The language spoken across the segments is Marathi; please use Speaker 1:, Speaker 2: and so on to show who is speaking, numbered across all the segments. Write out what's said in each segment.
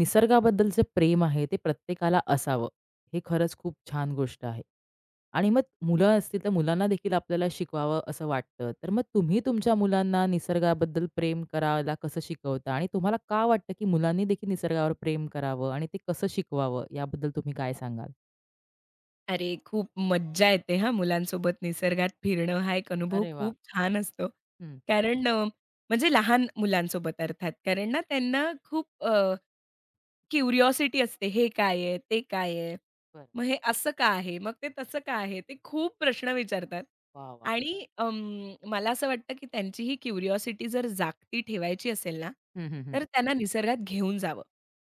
Speaker 1: निसर्गाबद्दलचं प्रेम आहे ते प्रत्येकाला असावं. हे खरंच खूप छान गोष्ट आहे. आणि मग मुलं असतील तर मुलांना देखील आपल्याला शिकवावं असं वाटतं. तर मग तुम्ही तुमच्या मुलांना निसर्गाबद्दल प्रेम करायला कसं शिकवता? आणि तुम्हाला का वाटतं, की मुलांनी देखील निसर्गावर प्रेम करावं आणि ते कसं शिकवावं याबद्दल तुम्ही काय सांगाल?
Speaker 2: अरे, खूप मज्जा येते हां, मुलांसोबत निसर्गात फिरणं हा एक अनुभव
Speaker 1: अरे वाह!
Speaker 2: खूप छान असतो.
Speaker 1: हं,
Speaker 2: कारण म्हणजे लहान मुलांसोबत अर्थात. कारण ना त्यांना खूप क्युरिओसिटी असते, हे काय आहे? ते काय आहे?
Speaker 1: बरं.
Speaker 2: मग हे असं का आहे? मग ते तसं का आहे? ते खूप प्रश्न विचारतात.
Speaker 1: वाह, वाह!
Speaker 2: आणि मला असं वाटतं, की त्यांची ही क्युरिओसिटी जर जागती ठेवायची असेल ना,
Speaker 1: हं, हं, हं.
Speaker 2: तर त्यांना निसर्गात घेऊन जावं.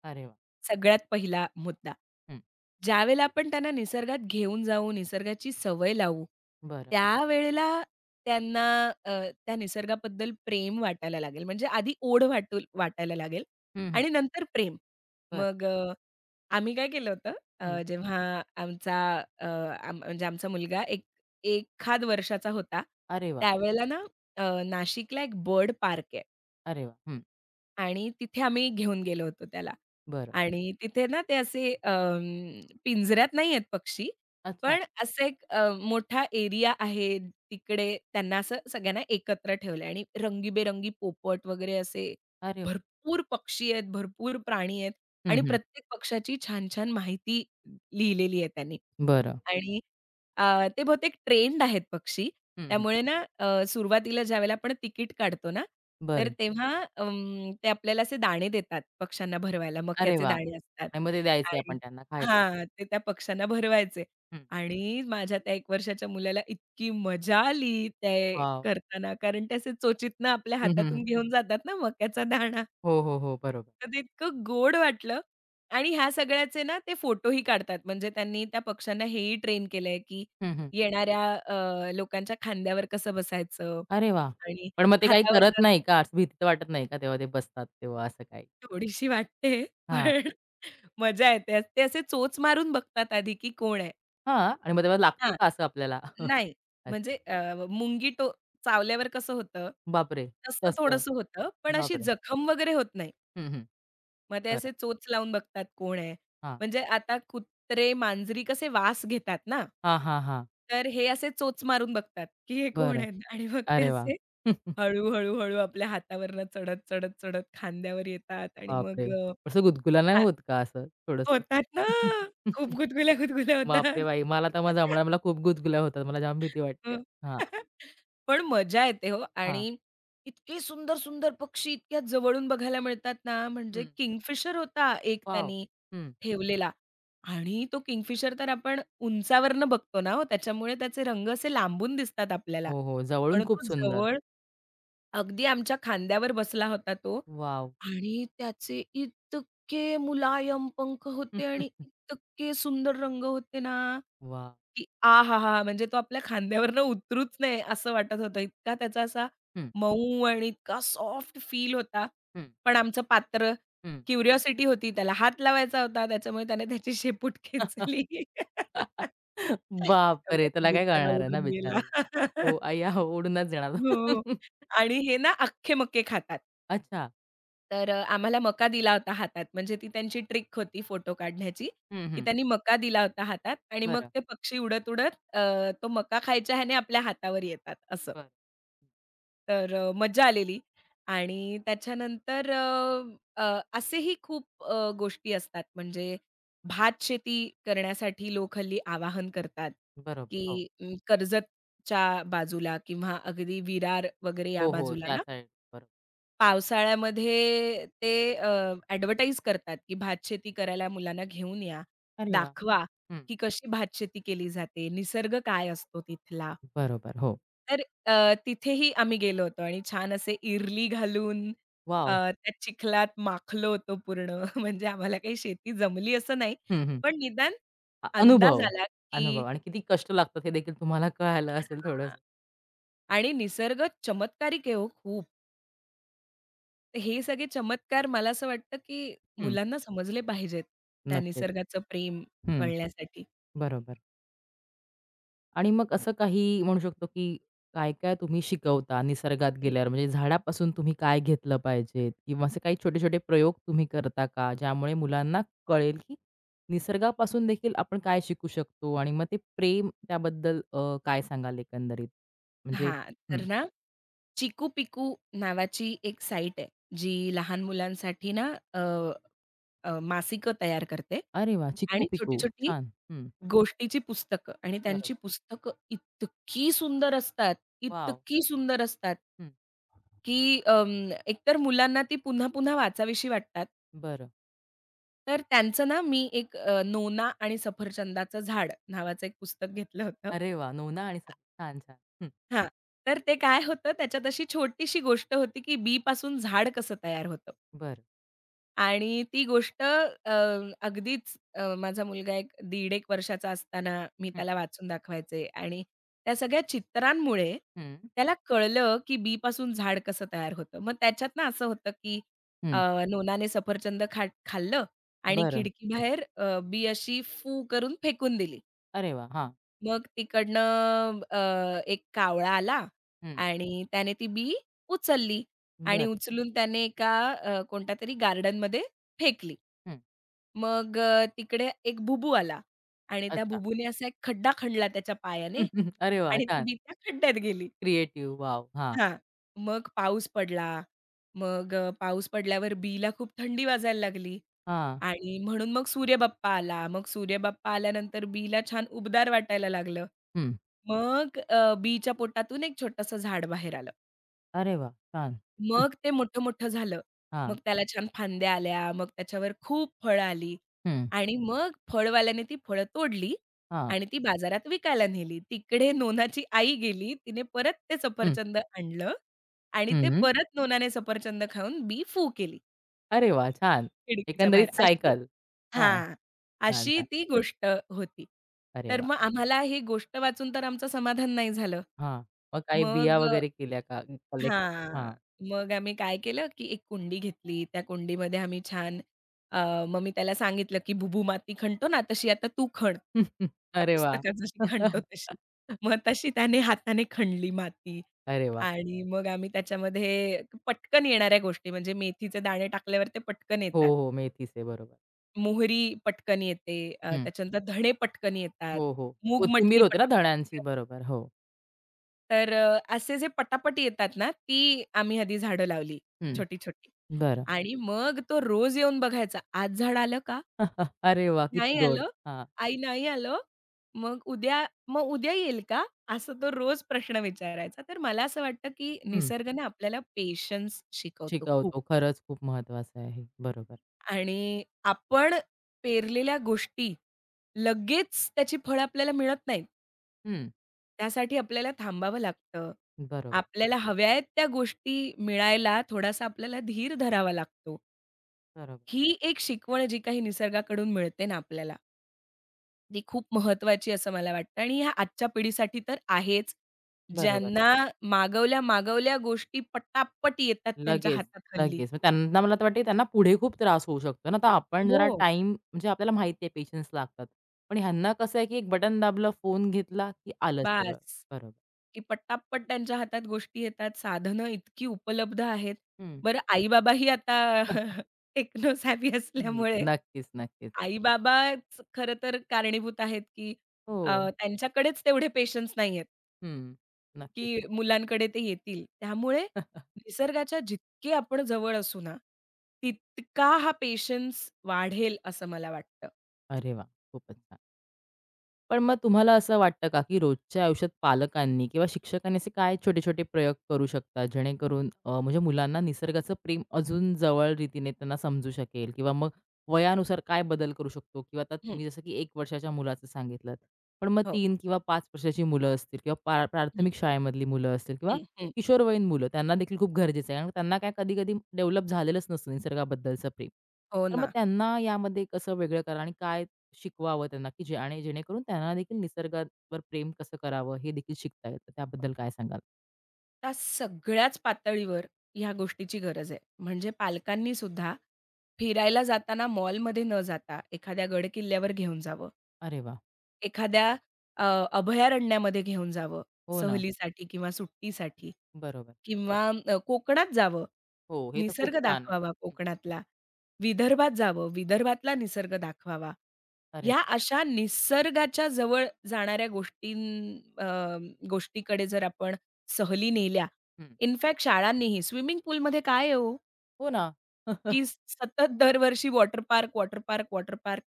Speaker 1: अरे वाह!
Speaker 2: सगळ्यात पहिला मुद्दा.
Speaker 1: हं,
Speaker 2: ज्यावेळेला आपण त्यांना निसर्गात घेऊन जाऊ, निसर्गाची सवय लावू,
Speaker 1: बरं.
Speaker 2: त्यावेळेला त्यांना अ, त्या निसर्गाबद्दल प्रेम वाटायला लागेल. म्हणजे आधी ओढ वाटायला लागेल
Speaker 1: हं, हं.
Speaker 2: आणि नंतर प्रेम.
Speaker 1: बरं.
Speaker 2: मग आम्ही काय केलं होतं
Speaker 1: हं.
Speaker 2: जेव्हा आमचा अ, म्हणजे आमचा मुलगा एक एखाद वर्षाचा होता,
Speaker 1: अरे वाह!
Speaker 2: त्यावेळेला ना नाशिकला एक बर्ड पार्क आहे.
Speaker 1: अरे वाह! हं,
Speaker 2: आणि तिथे आम्ही घेऊन गेलो होतो त्याला.
Speaker 1: बरं.
Speaker 2: आणि तिथे ना ते असे पिंजऱ्यात नाही आहेत पक्षी,
Speaker 1: अच्छा.
Speaker 2: पण असं एक मोठा एरिया आहे. तिकडे त्यांना असं सगळ्यांना एकत्र ठेवलंय आणि रंगीबेरंगी पोपट वगैरे असे
Speaker 1: अरे वाह!
Speaker 2: भरपूर पक्षी आहेत, भरपूर प्राणी आहेत
Speaker 1: हं,
Speaker 2: आणि
Speaker 1: हं.
Speaker 2: प्रत्येक पक्षाची छान-छान माहिती लिहिलेली आहे त्यांनी.
Speaker 1: बरं.
Speaker 2: आणि ते बहुतेक ट्रेंड आहेत पक्षी.
Speaker 1: हं, हं.
Speaker 2: त्यामुळे ना सुरुवातीला ज्यावेळेला आपण तिकीट काढतो ना, तर
Speaker 1: बरं.
Speaker 2: तेव्हा ते आपल्याला असे दाणे देतात पक्ष्यांना भरवायला.
Speaker 1: अरे
Speaker 2: मक्याचे
Speaker 1: वाह!
Speaker 2: दाणे असतात
Speaker 1: आणि मग ते द्यायचे आपण
Speaker 2: आणि
Speaker 1: त्यांना खायला.
Speaker 2: हां, ते त्या पक्ष्यांना भरवायचे
Speaker 1: हं.
Speaker 2: आणि माझ्या त्या 1 वर्षाच्या मुलाला इतकी मजा आली ते
Speaker 1: वॉव!
Speaker 2: करताना. कारण ते असे चोचीतनं आपल्या
Speaker 1: हं, हं, हं.
Speaker 2: हातातून घेऊन जातात ना मक्याचा दाणा.
Speaker 1: हो, हो, हो. बरोबर.
Speaker 2: तर ते इतकं गोड वाटलं आणि ह्या सगळ्याचे ना ते फोटोही काढतात. म्हणजे त्यांनी त्या पक्ष्यांना हेही ट्रेन केलंय, की
Speaker 1: हं, हं.
Speaker 2: येणाऱ्या लोकांच्या खांद्यावर कसं बसायचं
Speaker 1: अरे वाह!
Speaker 2: आणि
Speaker 1: पण मग ते काही करत
Speaker 2: हातावरनं
Speaker 1: नाही
Speaker 2: असं
Speaker 1: का? असं भीती तर वाटत नाही का तेव्हा ते बसतात तेव्हा असं काही?
Speaker 2: थोडीशी वाटते,
Speaker 1: हां.
Speaker 2: पण मजा येते. ते असे चोच मारून बघतात आधी, की कोण आहे?
Speaker 1: हां. आणि मग तेव्हा लागतं
Speaker 2: हां,
Speaker 1: का असं आपल्याला?
Speaker 2: नाही
Speaker 1: अच्छा.
Speaker 2: म्हणजे मुंगी चावल्यावर कसं होतं,
Speaker 1: बापरे!
Speaker 2: तसं
Speaker 1: तसं.
Speaker 2: थोडंसं होतं, पण अशी
Speaker 1: बापरे!
Speaker 2: जखम वगैरे होत नाही.
Speaker 1: हं, हं.
Speaker 2: मग ते
Speaker 1: बरं.
Speaker 2: असे चोच लावून बघतात कोण आहे?
Speaker 1: हां.
Speaker 2: म्हणजे आता कुत्रे, मांजरी कसे वास घेतात ना,
Speaker 1: हां, हां, हां.
Speaker 2: तर हे असे चोच मारून बघतात, की हे कोण
Speaker 1: बरं.
Speaker 2: आहेत? आणि मग ते
Speaker 1: अरे वाह!
Speaker 2: असे हळू, हळू, हळू आपल्या हातावरनं चढत, चढत, चढत खांद्यावर येतात आणि
Speaker 1: बापरे!
Speaker 2: मग
Speaker 1: असं
Speaker 2: तो
Speaker 1: गुदगुला नाही
Speaker 2: खा
Speaker 1: होत का असं थोडंसं?
Speaker 2: होतात ना. खूप गुदगुल्या, गुदगुल्या होतात.
Speaker 1: बापरे बाई! मला तर मग जमणार मला खूप गुदगुल्या होतात. मला जाम भीती वाटते.
Speaker 2: हं.
Speaker 1: हां,
Speaker 2: पण मजा येते हो
Speaker 1: हां.
Speaker 2: आणि इतके सुंदर, सुंदर पक्षी इतक्या जवळून बघायला मिळतात ना, म्हणजे
Speaker 1: हं.
Speaker 2: किंगफिशर होता एक
Speaker 1: वॉव!
Speaker 2: त्यांनी
Speaker 1: हं.
Speaker 2: ठेवलेला आणि तो किंगफिशर तर आपण उंचावरनं बघतो ना हो, त्याच्यामुळे त्याचे रंग असे लांबून दिसतात आपल्याला.
Speaker 1: हो, हो. जवळून
Speaker 2: पण
Speaker 1: खूप
Speaker 2: तो
Speaker 1: सुंदर.
Speaker 2: जवळ अगदी आमच्या खांद्यावर बसला होता तो
Speaker 1: वॉव!
Speaker 2: आणि त्याचे इतके मुलायम पंख
Speaker 1: वाह!
Speaker 2: होते आणि इतके सुंदर रंग होते ना, की आ हा हा, म्हणजे तो आपल्या खांद्यावरनं उतरूच नये असं वाटत होतं. इतका त्याचा असा
Speaker 1: हं,
Speaker 2: मऊ आणि इतका सॉफ्ट फील होता.
Speaker 1: हं,
Speaker 2: पण आमचं पात्र
Speaker 1: हं.
Speaker 2: क्युरिओसिटी होती. त्याला हात लावायचा होता. त्याच्यामुळे त्याने त्याची शेपूट खेचली. त्यामुळे
Speaker 1: बापरे!
Speaker 2: तो
Speaker 1: त्याला काय
Speaker 2: बिचारा
Speaker 1: कळणार आहे ना
Speaker 2: उडून गेला.
Speaker 1: बिचाऱ्याला. हो, अय्या हो, उडूनच जाणार.
Speaker 2: हो. हो. आणि हे ना अख्खे मक्के खातात.
Speaker 1: अच्छा.
Speaker 2: तर आम्हाला मका दिला होता हातात. म्हणजे ती त्यांची ट्रिक होती फोटो काढण्याची,
Speaker 1: हं,
Speaker 2: की
Speaker 1: हं.
Speaker 2: त्यांनी मका दिला होता हातात आणि मग
Speaker 1: बरं,
Speaker 2: ते पक्षी उडत-उडत तो मका खायच्या ह्याने आपल्या हातावर येतात असं.
Speaker 1: बरं.
Speaker 2: तर मज्जा आलेली. आणि त्याच्यानंतर अ, अ, असेही खूप गोष्टी असतात. म्हणजे भातशेती करण्यासाठी लोक हल्ली आवाहन करतात,
Speaker 1: बरोबर.
Speaker 2: की
Speaker 1: हो.
Speaker 2: कर्जतच्या बाजूला किंवा अगदी विरार वगैरे या
Speaker 1: हो, हो.
Speaker 2: बाजूला
Speaker 1: त्या साइड बरोबर.
Speaker 2: पावसाळ्यामध्ये ते ॲडव्हर्टाइज करतात, की भातशेती करायला मुलांना घेऊन या.
Speaker 1: अरे वाह!
Speaker 2: दाखवा,
Speaker 1: हं.
Speaker 2: की कशी भातशेती केली जाते, निसर्ग काय असतो तिथला.
Speaker 1: बरोबर. हो.
Speaker 2: तर तिथेही आम्ही गेलो होतो आणि छान असे इरली घालून
Speaker 1: वॉव!
Speaker 2: त्या चिखलात माखलो होतो पूर्ण. म्हणजे आम्हाला काही शेती जमली असं नाही,
Speaker 1: हं, हं.
Speaker 2: पण निदान अंदाज
Speaker 1: अनुभव,
Speaker 2: आला, की
Speaker 1: अनुभव आणि किती कष्ट लागतात हे देखील तुम्हाला कळालं असेल
Speaker 2: हां
Speaker 1: थोडंसं.
Speaker 2: आणि निसर्ग चमत्कारिक आहे हो खूप. हे सगळे चमत्कार मला असं वाटतं, की
Speaker 1: हं.
Speaker 2: मुलांना समजले पाहिजेत. त्या
Speaker 1: नक्कीच.
Speaker 2: निसर्गाचं प्रेम
Speaker 1: हं.
Speaker 2: कळण्यासाठी.
Speaker 1: बरोबर. आणि मग असं काही म्हणू शकतो, की काय-काय तुम्ही शिकवता निसर्गात
Speaker 2: हं.
Speaker 1: गेल्यावर? म्हणजे झाडापासून तुम्ही काय घेतलं पाहिजे? किंवा असे काही छोटे-छोटे प्रयोग तुम्ही करता का? ज्यामुळे मुलांना कळेल, की निसर्गापासून देखील आपण काय शिकू शकतो? आणि मग ते प्रेम त्याबद्दल काय सांगाल एकंदरीत? म्हणजे
Speaker 2: हां,
Speaker 1: हं.
Speaker 2: तर ना चिकू पिकू नावाची एक साईट आहे, जी लहान मुलांसाठी ना अ, अ, मासिकं तयार करते
Speaker 1: अरे वा,
Speaker 2: आणि
Speaker 1: चिकू-पिकू.
Speaker 2: छोटी-छोटी
Speaker 1: छान. हं.
Speaker 2: गोष्टीची पुस्तकं आणि त्यांची
Speaker 1: बरोबर.
Speaker 2: पुस्तकं इतकी सुंदर असतात,
Speaker 1: वॉव!
Speaker 2: इतकी सुंदर असतात,
Speaker 1: हं.
Speaker 2: की एकतर मुलांना ती पुन्हा-पुन्हा वाचावीशी वाटतात
Speaker 1: बरं.
Speaker 2: तर त्यांचं ना मी एक नोना आणि सफरचंदाचं झाड नावाचं एक पुस्तक घेतलं होतं.
Speaker 1: अरे वाह! नोना आणि छान, छान. हं.
Speaker 2: हां. तर ते काय होतं त्याच्यात अशी छोटीशी गोष्ट होती, की बीपासून झाड कसं तयार होतं.
Speaker 1: बरं.
Speaker 2: आणि ती गोष्ट अगदीच माझा मुलगा एक 1.5 1 वर्षाचा असताना मी
Speaker 1: हं.
Speaker 2: त्याला वाचून दाखवायचे आणि त्या सगळ्या चित्रांमुळे
Speaker 1: हं.
Speaker 2: त्याला कळलं, की बीपासून झाड कसं तयार होतं. मग त्याच्यातनं असं होतं, की अ,
Speaker 1: हं.
Speaker 2: नोनाने सफरचंद खाल्लं आणि
Speaker 1: बरं.
Speaker 2: खिडकीबाहेर बी अशी फू करून फेकून दिली.
Speaker 1: अरे वा, हां.
Speaker 2: मग तिकडनं एक कावळा आला
Speaker 1: हं.
Speaker 2: आणि त्याने ती बी उचलली आणि
Speaker 1: बरं.
Speaker 2: उचलून त्याने एका कोणत्यातरी गार्डनमध्ये फेकली.
Speaker 1: हं.
Speaker 2: मग तिकडे एक भुबू आला आणि त्या
Speaker 1: अच्छा.
Speaker 2: भुबूने असा एक खड्डा खणला त्याच्या पायाने
Speaker 1: अरे वाह!
Speaker 2: आणि ती
Speaker 1: छान.
Speaker 2: बी त्या खड्ड्यात गेली.
Speaker 1: Creative wow! हां,
Speaker 2: हां. मग पाऊस पडला. मग पाऊस पडल्यावर बीला खूप थंडी वाजायला लागली
Speaker 1: हां.
Speaker 2: आणि म्हणून मग सूर्यबाप्पा आला. मग सूर्यबाप्पा आल्यानंतर बीला छान उबदार वाटायला लागलं.
Speaker 1: हं.
Speaker 2: मग बीच्या पोटातून एक छोटंसं झाड बाहेर आलं.
Speaker 1: अरे वाह! छान. हं.
Speaker 2: मग ते मोठं-मोठं झालं.
Speaker 1: हां.
Speaker 2: मग त्याला छान फांद्या आल्या, मग त्याच्यावर खूप फळं आली
Speaker 1: हं.
Speaker 2: आणि मग फळवाल्याने ती फळं तोडली
Speaker 1: हां.
Speaker 2: आणि ती बाजारात विकायला नेली. तिकडे नोनाची आई गेली. तिने परत ते
Speaker 1: हं.
Speaker 2: सफरचंद आणलं आणि ते
Speaker 1: हं.
Speaker 2: परत नोनाने सफरचंद खाऊन बी फू केली
Speaker 1: अरे वाह! छान.
Speaker 2: खिडकीच्या बाहेर.
Speaker 1: एकंदरीत
Speaker 2: अशी
Speaker 1: सायकल. हां.
Speaker 2: हां,
Speaker 1: छान,
Speaker 2: अशी
Speaker 1: छान.
Speaker 2: ती गोष्ट होती.
Speaker 1: अरे
Speaker 2: तर
Speaker 1: वाह!
Speaker 2: मग आम्हाला ही गोष्ट वाचून तर आमचं समाधान नाही झालं.
Speaker 1: हां. मग काही बिया
Speaker 2: मग
Speaker 1: वगैरे केल्या का? कलेक्ट
Speaker 2: हां.
Speaker 1: हां.
Speaker 2: मग आम्ही काय केलं, की एक कुंडी घेतली. त्या कुंडीमध्ये आम्ही छान अ, मग मी त्याला सांगितलं, की "बुबू माती खणतो ना, तशी आता तू खण." त्या
Speaker 1: अरे वाह!
Speaker 2: पुस्तकात जशी खणतो तशी. मग तशी त्याने हाताने खणली माती
Speaker 1: अरे वाह!
Speaker 2: आणि मग आम्ही त्याच्यामध्ये पटकन येणाऱ्या गोष्टी म्हणजे मेथीचे दाणे टाकल्यावर ते पटकन
Speaker 1: हो,
Speaker 2: येतात.
Speaker 1: हो. मेथीचे बरोबर.
Speaker 2: मोहरी पटकन येते.
Speaker 1: हं.
Speaker 2: त्याच्यानंतर धणे पटकन येतात.
Speaker 1: हो, हो.
Speaker 2: मूग
Speaker 1: कोथिंबीर
Speaker 2: मटकी
Speaker 1: होते ना
Speaker 2: पटापट
Speaker 1: धण्यांची.
Speaker 2: येते.
Speaker 1: बरोबर. हो.
Speaker 2: तर असे जे पटापट येतात ना, ती आम्ही आधी झाडं लावली
Speaker 1: हं.
Speaker 2: छोटी-छोटी
Speaker 1: बरं.
Speaker 2: आणि मग तो रोज येऊन बघायचा. आज झाड आलं का?
Speaker 1: अरे वाह! किती
Speaker 2: नाही
Speaker 1: गोड.
Speaker 2: आलं.
Speaker 1: हां.
Speaker 2: आई नाही आलं. मग उद्या येईल का? असं तो रोज प्रश्न विचारायचा. तर मला असं वाटतं, की निसर्ग ना आपल्याला पेशन्स शिकवतो खूप
Speaker 1: शिकवतो. खरंच खूप महत्वाचं आहे. बरोबर.
Speaker 2: आणि आपण पेरलेल्या गोष्टी लगेच त्याची फळं आपल्याला मिळत नाहीत.
Speaker 1: हं.
Speaker 2: त्यासाठी आपल्याला थांबावं लागतं.
Speaker 1: बरोबर,
Speaker 2: आपल्याला हव्या आहेत त्या गोष्टी मिळायला थोडासा आपल्याला धीर धरावा लागतो.
Speaker 1: बरोबर,
Speaker 2: ही एक शिकवण जी काही निसर्गाकडून मिळते ना आपल्याला, ती खूप महत्त्वाची असं मला वाटतं आणि ह्या आजच्या पिढीसाठी तर आहेच.
Speaker 1: बरोबर.
Speaker 2: ज्यांना मागवल्या-मागवल्या गोष्टी पटापट येतात त्यांच्या
Speaker 1: लगेच,
Speaker 2: हातात हल्ली.
Speaker 1: लगेच. मग त्यांना मला तर वाटते त्यांना पुढे खूप त्रास होऊ शकतो ना. तर आपण जरा
Speaker 2: हो.
Speaker 1: टाईम म्हणजे आपल्याला माहिती आहे पेशन्स लागतात. पण ह्यांना कसं आहे, की एक बटन दाबलं, फोन घेतला, की आलं सगळं.
Speaker 2: बास,
Speaker 1: बरोबर.
Speaker 2: की पटापट त्यांच्या हातात गोष्टी येतात. साधनं इतकी उपलब्ध आहेत.
Speaker 1: हं,
Speaker 2: बरं आई-बाबाही आता टेक्नो सॅव्ही
Speaker 1: हं.
Speaker 2: असल्यामुळे
Speaker 1: नक्कीच, नक्कीच.
Speaker 2: आई-बाबाच खरं तर कारणीभूत आहेत, की अ,
Speaker 1: हो.
Speaker 2: त्यांच्याकडेच तेवढे पेशन्स नाहीयेत,
Speaker 1: हं. नक्कीच.
Speaker 2: की मुलांकडे ते येतील. त्यामुळे निसर्गाच्या जितके आपण जवळ असू ना, तितका हा पेशन्स वाढेल असं मला वाटतं.
Speaker 1: अरे वाह! खूपच छान. पण मग तुम्हाला असं वाटतं का, की रोजच्या आयुष्यात पालकांनी किंवा शिक्षकांनी असे काय छोटे-छोटे प्रयोग करू शकतात, जेणेकरून म्हणजे मुलांना निसर्गाचं प्रेम अजून जवळ रीतीने त्यांना समजू शकेल किंवा मग वयानुसार काय बदल करू शकतो किंवा आता
Speaker 2: हं,
Speaker 1: तुम्ही जसं की 1 वर्षाच्या मुलाचं सांगितलंत. पण मग
Speaker 2: हो.
Speaker 1: 3 किंवा 5 वर्षाची मुलं असतील किंवा
Speaker 2: हं,
Speaker 1: प्राथमिक शाळेमधली मुलं असतील किंवा
Speaker 2: हं, हं.
Speaker 1: किशोरवयीन मुलं, त्यांना देखील खूप गरजेचं आहे. कारण त्यांना काय कधी-कधी डेव्हलप झालेलंच नसतं निसर्गाबद्दलचं प्रेम.
Speaker 2: हो
Speaker 1: तर मग
Speaker 2: ना.
Speaker 1: त्यांना यामध्ये कसं वेगळं करा आणि काय शिकवावं त्यांना, की जे आणि जेणेकरून त्यांना देखील निसर्गावर प्रेम कसं करावं हे देखील शिकता येतं. त्याबद्दल काय सांगाल?
Speaker 2: त्या सगळ्याच पातळीवर ह्या गोष्टीची गरज आहे. म्हणजे पालकांनी सुद्धा फिरायला जाताना मॉलमध्ये न जाता एखाद्या गडकिल्ल्यावर घेऊन जावं.
Speaker 1: अरे वाह!
Speaker 2: एखाद्या अ, अभयारण्यामध्ये घेऊन जावं
Speaker 1: हो ना.
Speaker 2: सहलीसाठी किंवा सुट्टीसाठी.
Speaker 1: बरोबर.
Speaker 2: किंवा कोकणात जावं,
Speaker 1: हो, हे तर खूप
Speaker 2: निसर्ग
Speaker 1: छान आहे.
Speaker 2: दाखवावा
Speaker 1: हं.
Speaker 2: कोकणातला. विदर्भात जावं, विदर्भातला निसर्ग दाखवावा.
Speaker 1: अरे वा.
Speaker 2: या अशा निसर्गाच्या जवळ जाणाऱ्या गोष्टीकडे जर आपण सहली नेल्या
Speaker 1: हं.
Speaker 2: इनफॅक्ट शाळांनीही स्विमिंग पूलमध्ये काय आहे हो,
Speaker 1: हो ना.
Speaker 2: की सतत दरवर्षी water park, water park, water park.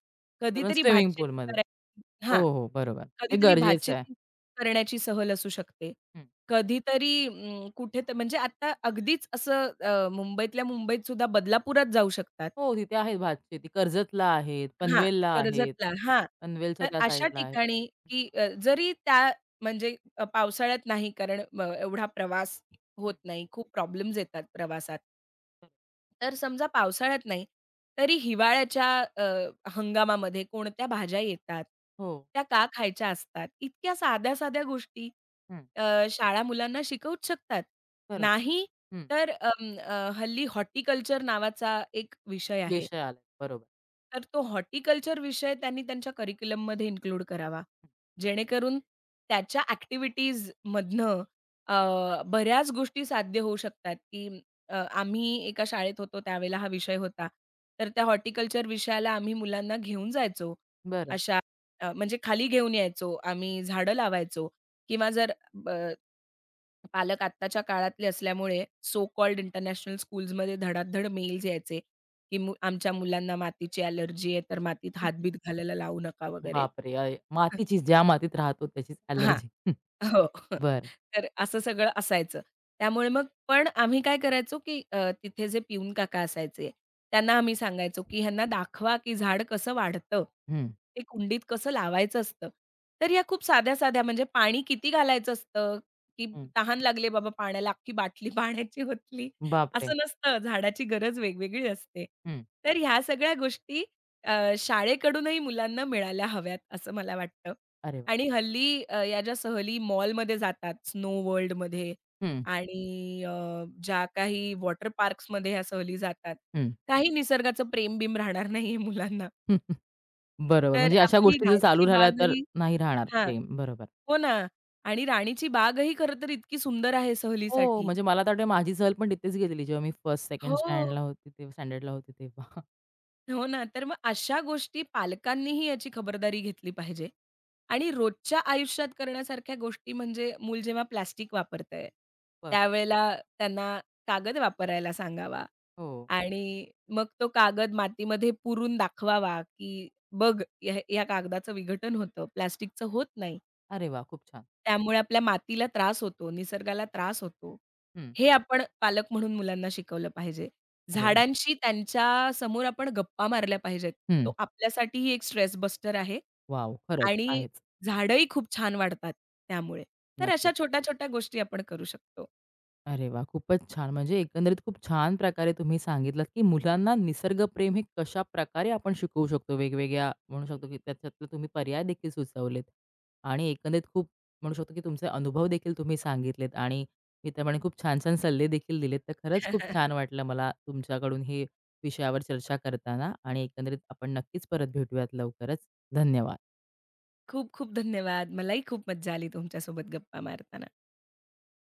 Speaker 1: कारण
Speaker 2: कधीतरी
Speaker 1: स्विमिंग
Speaker 2: भातशेती
Speaker 1: पूलमध्ये.
Speaker 2: करायची. हां.
Speaker 1: हो, हो. बरोबर. हे
Speaker 2: कधीतरी
Speaker 1: गरजेचं आहे.
Speaker 2: भातशेती करण्याची सहल असू शकते.
Speaker 1: हं.
Speaker 2: कधीतरी कुठे तर म्हणजे आता अगदीच असं मुंबईतल्या मुंबईत सुद्धा बदलापुरात जाऊ शकतात.
Speaker 1: हो, तिथे आहेत भातशेती. कर्जतला आहेत,
Speaker 2: हां,
Speaker 1: पनवेलला आहेत.
Speaker 2: कर्जतला. हां.
Speaker 1: पनवेलच्या
Speaker 2: तर
Speaker 1: त्या
Speaker 2: अशा
Speaker 1: साईडला आहेत.
Speaker 2: ठिकाणी,
Speaker 1: हं,
Speaker 2: की जरी त्या म्हणजे पावसाळ्यात नाही कारण एवढा प्रवास
Speaker 1: हं.
Speaker 2: होत नाही. खूप प्रॉब्लेम्स येतात प्रवासात.
Speaker 1: बरोबर.
Speaker 2: तर समजा पावसाळ्यात नाही, तरी हिवाळ्याच्या अ, हंगामामध्ये कोणत्या भाज्या येतात?
Speaker 1: हो.
Speaker 2: त्या का खायच्या असतात? इतक्या साध्या-साध्या गोष्टी
Speaker 1: हं.
Speaker 2: शाळा मुलांना शिकवूच शकतात.
Speaker 1: बरोबर.
Speaker 2: नाही
Speaker 1: हं.
Speaker 2: तर हल्ली हॉर्टिकल्चर नावाचा एक विषय आहे.
Speaker 1: विषय आला. बरोबर.
Speaker 2: तर तो हॉर्टिकल्चर विषय त्यांनी त्यांच्या करिक्युलममध्ये इन्क्लूड करावा.
Speaker 1: हं.
Speaker 2: जेणेकरून त्याच्या ॲक्टिव्हिटीजमधनं बऱ्याच गोष्टी साध्य होऊ शकतात, की आम्ही एका शाळेत होतो त्यावेळेला हा विषय होता. तर त्या हॉर्टिकल्चर विषयाला आम्ही मुलांना घेऊन जायचो.
Speaker 1: बरं.
Speaker 2: अशा म्हणजे खाली घेऊन यायचो. आम्ही झाडं लावायचो किंवा जर ब पालक आत्ताच्या काळातले असल्यामुळे सो कॉल्ड इंटरनॅशनल स्कूल्समध्ये धडाधड मेल्स यायचे, की "आमच्या मुलांना मातीची अलर्जी आहे, तर मातीत हातबीत घालायला लावू नका" वगैरे.
Speaker 1: बापरे! अय
Speaker 2: हं,
Speaker 1: मातीची ज्या मातीत राहतो त्याचीच
Speaker 2: हां.
Speaker 1: एलर्जी. हं,
Speaker 2: हो.
Speaker 1: बरं.
Speaker 2: तर असं सगळं असायचं. त्यामुळे मग पण आम्ही काय करायचो, की तिथे जे पिऊन काका असायचे, त्यांना आम्ही सांगायचो, की "ह्यांना दाखवा, की झाड कसं वाढतं.
Speaker 1: हं,
Speaker 2: ते कुंडीत कसं लावायचं असतं." तर या खूप साध्या-साध्या म्हणजे पाणी किती घालायचं असतं, की
Speaker 1: हं.
Speaker 2: तहान लागली बाबा पाण्याला, अख्खी बाटली पाण्याची होतली,
Speaker 1: बापरे!
Speaker 2: असं नसतं. झाडाची गरज वेगवेगळी असते.
Speaker 1: हं.
Speaker 2: तर ह्या सगळ्या गोष्टी अ, शाळेकडूनही मुलांना मिळायला हव्यात, असं मला वाटतं.
Speaker 1: अरे वाह!
Speaker 2: आणि हल्ली या ज्या सहली मॉलमध्ये जातात, स्नो वर्ल्डमध्ये
Speaker 1: हं,
Speaker 2: आणि ज्या काही वॉटर पार्क्समध्ये ह्या सहली जातात.
Speaker 1: हं.
Speaker 2: काही निसर्गाचं प्रेम-बिम राहणार नाहीये मुलांना.
Speaker 1: बरोबर.
Speaker 2: तर
Speaker 1: म्हणजे अशा
Speaker 2: आपली
Speaker 1: गोष्टी जर
Speaker 2: राणीची
Speaker 1: चालू राहिल्या
Speaker 2: बाग
Speaker 1: तर
Speaker 2: ही
Speaker 1: नाही राहणार
Speaker 2: हां.
Speaker 1: प्रेम. बरोबर.
Speaker 2: हो ना. आणि राणीची बागही खरं तर इतकी सुंदर आहे
Speaker 1: हो,
Speaker 2: सहलीसाठी.
Speaker 1: म्हणजे मला तर वाटतं माझी सहल पण तिथेच गेलेली जेव्हा मी 1st, 2nd
Speaker 2: हो.
Speaker 1: स्टँडला होती तेव्हा स्टँडर्डला होती तेव्हा.
Speaker 2: हो ना, तर मग अशा गोष्टी पालकांनीही याची खबरदारी घेतली पाहिजे आणि रोजच्या आयुष्यात करण्यासारख्या गोष्टी म्हणजे मूल जेव्हा प्लास्टिक वापरतंय,
Speaker 1: बरं.
Speaker 2: त्यावेळेला त्यांना कागद वापरायला सांगावा
Speaker 1: हो.
Speaker 2: आणि मग तो कागद मातीमध्ये पुरून दाखवावा, की "बघ, या या कागदाचं विघटन होतं, प्लास्टिकचं होत नाही.
Speaker 1: अरे वाह! खूप छान.
Speaker 2: त्यामुळे आपल्या मातीला त्रास होतो, निसर्गाला त्रास होतो."
Speaker 1: हं.
Speaker 2: हे आपण पालक म्हणून मुलांना शिकवलं पाहिजे.
Speaker 1: अरे वाह!
Speaker 2: झाडांशी त्यांच्या समोर आपण गप्पा मारल्या पाहिजेत.
Speaker 1: हं.
Speaker 2: तो आपल्यासाठीही एक स्ट्रेस बस्टर आहे
Speaker 1: वॉव! खरंच
Speaker 2: आणि
Speaker 1: आहेच.
Speaker 2: झाडंही खूप छान वाढतात त्यामुळे. तर अशा
Speaker 1: नक्कीच.
Speaker 2: छोट्या-छोट्या गोष्टी आपण करू शकतो.
Speaker 1: अरे वाह! खूपच छान. म्हणजे एकंदरीत खूप छान प्रकारे तुम्ही सांगितलात, की मुलांना निसर्गप्रेम हे कशाप्रकारे आपण शिकवू शकतो. वेगवेगळ्या म्हणू शकतो, की त्याच्यातले तुम्ही पर्याय देखील सुचवलेत आणि एकंदरीत खूप म्हणू शकतो, की तुमचे अनुभव देखील तुम्ही सांगितलेत आणि मी तर म्हणेन खूप छान-छान सल्ले देखील दिलेत. तर खरंच खूप छान वाटलं मला तुमच्याकडून हे विषयावर चर्चा करताना आणि एकंदरीत आपण नक्कीच परत भेटूयात लवकरच. धन्यवाद.
Speaker 2: खूप खूप धन्यवाद. मलाही खूप मज्जा आली तुमच्यासोबत गप्पा मारताना.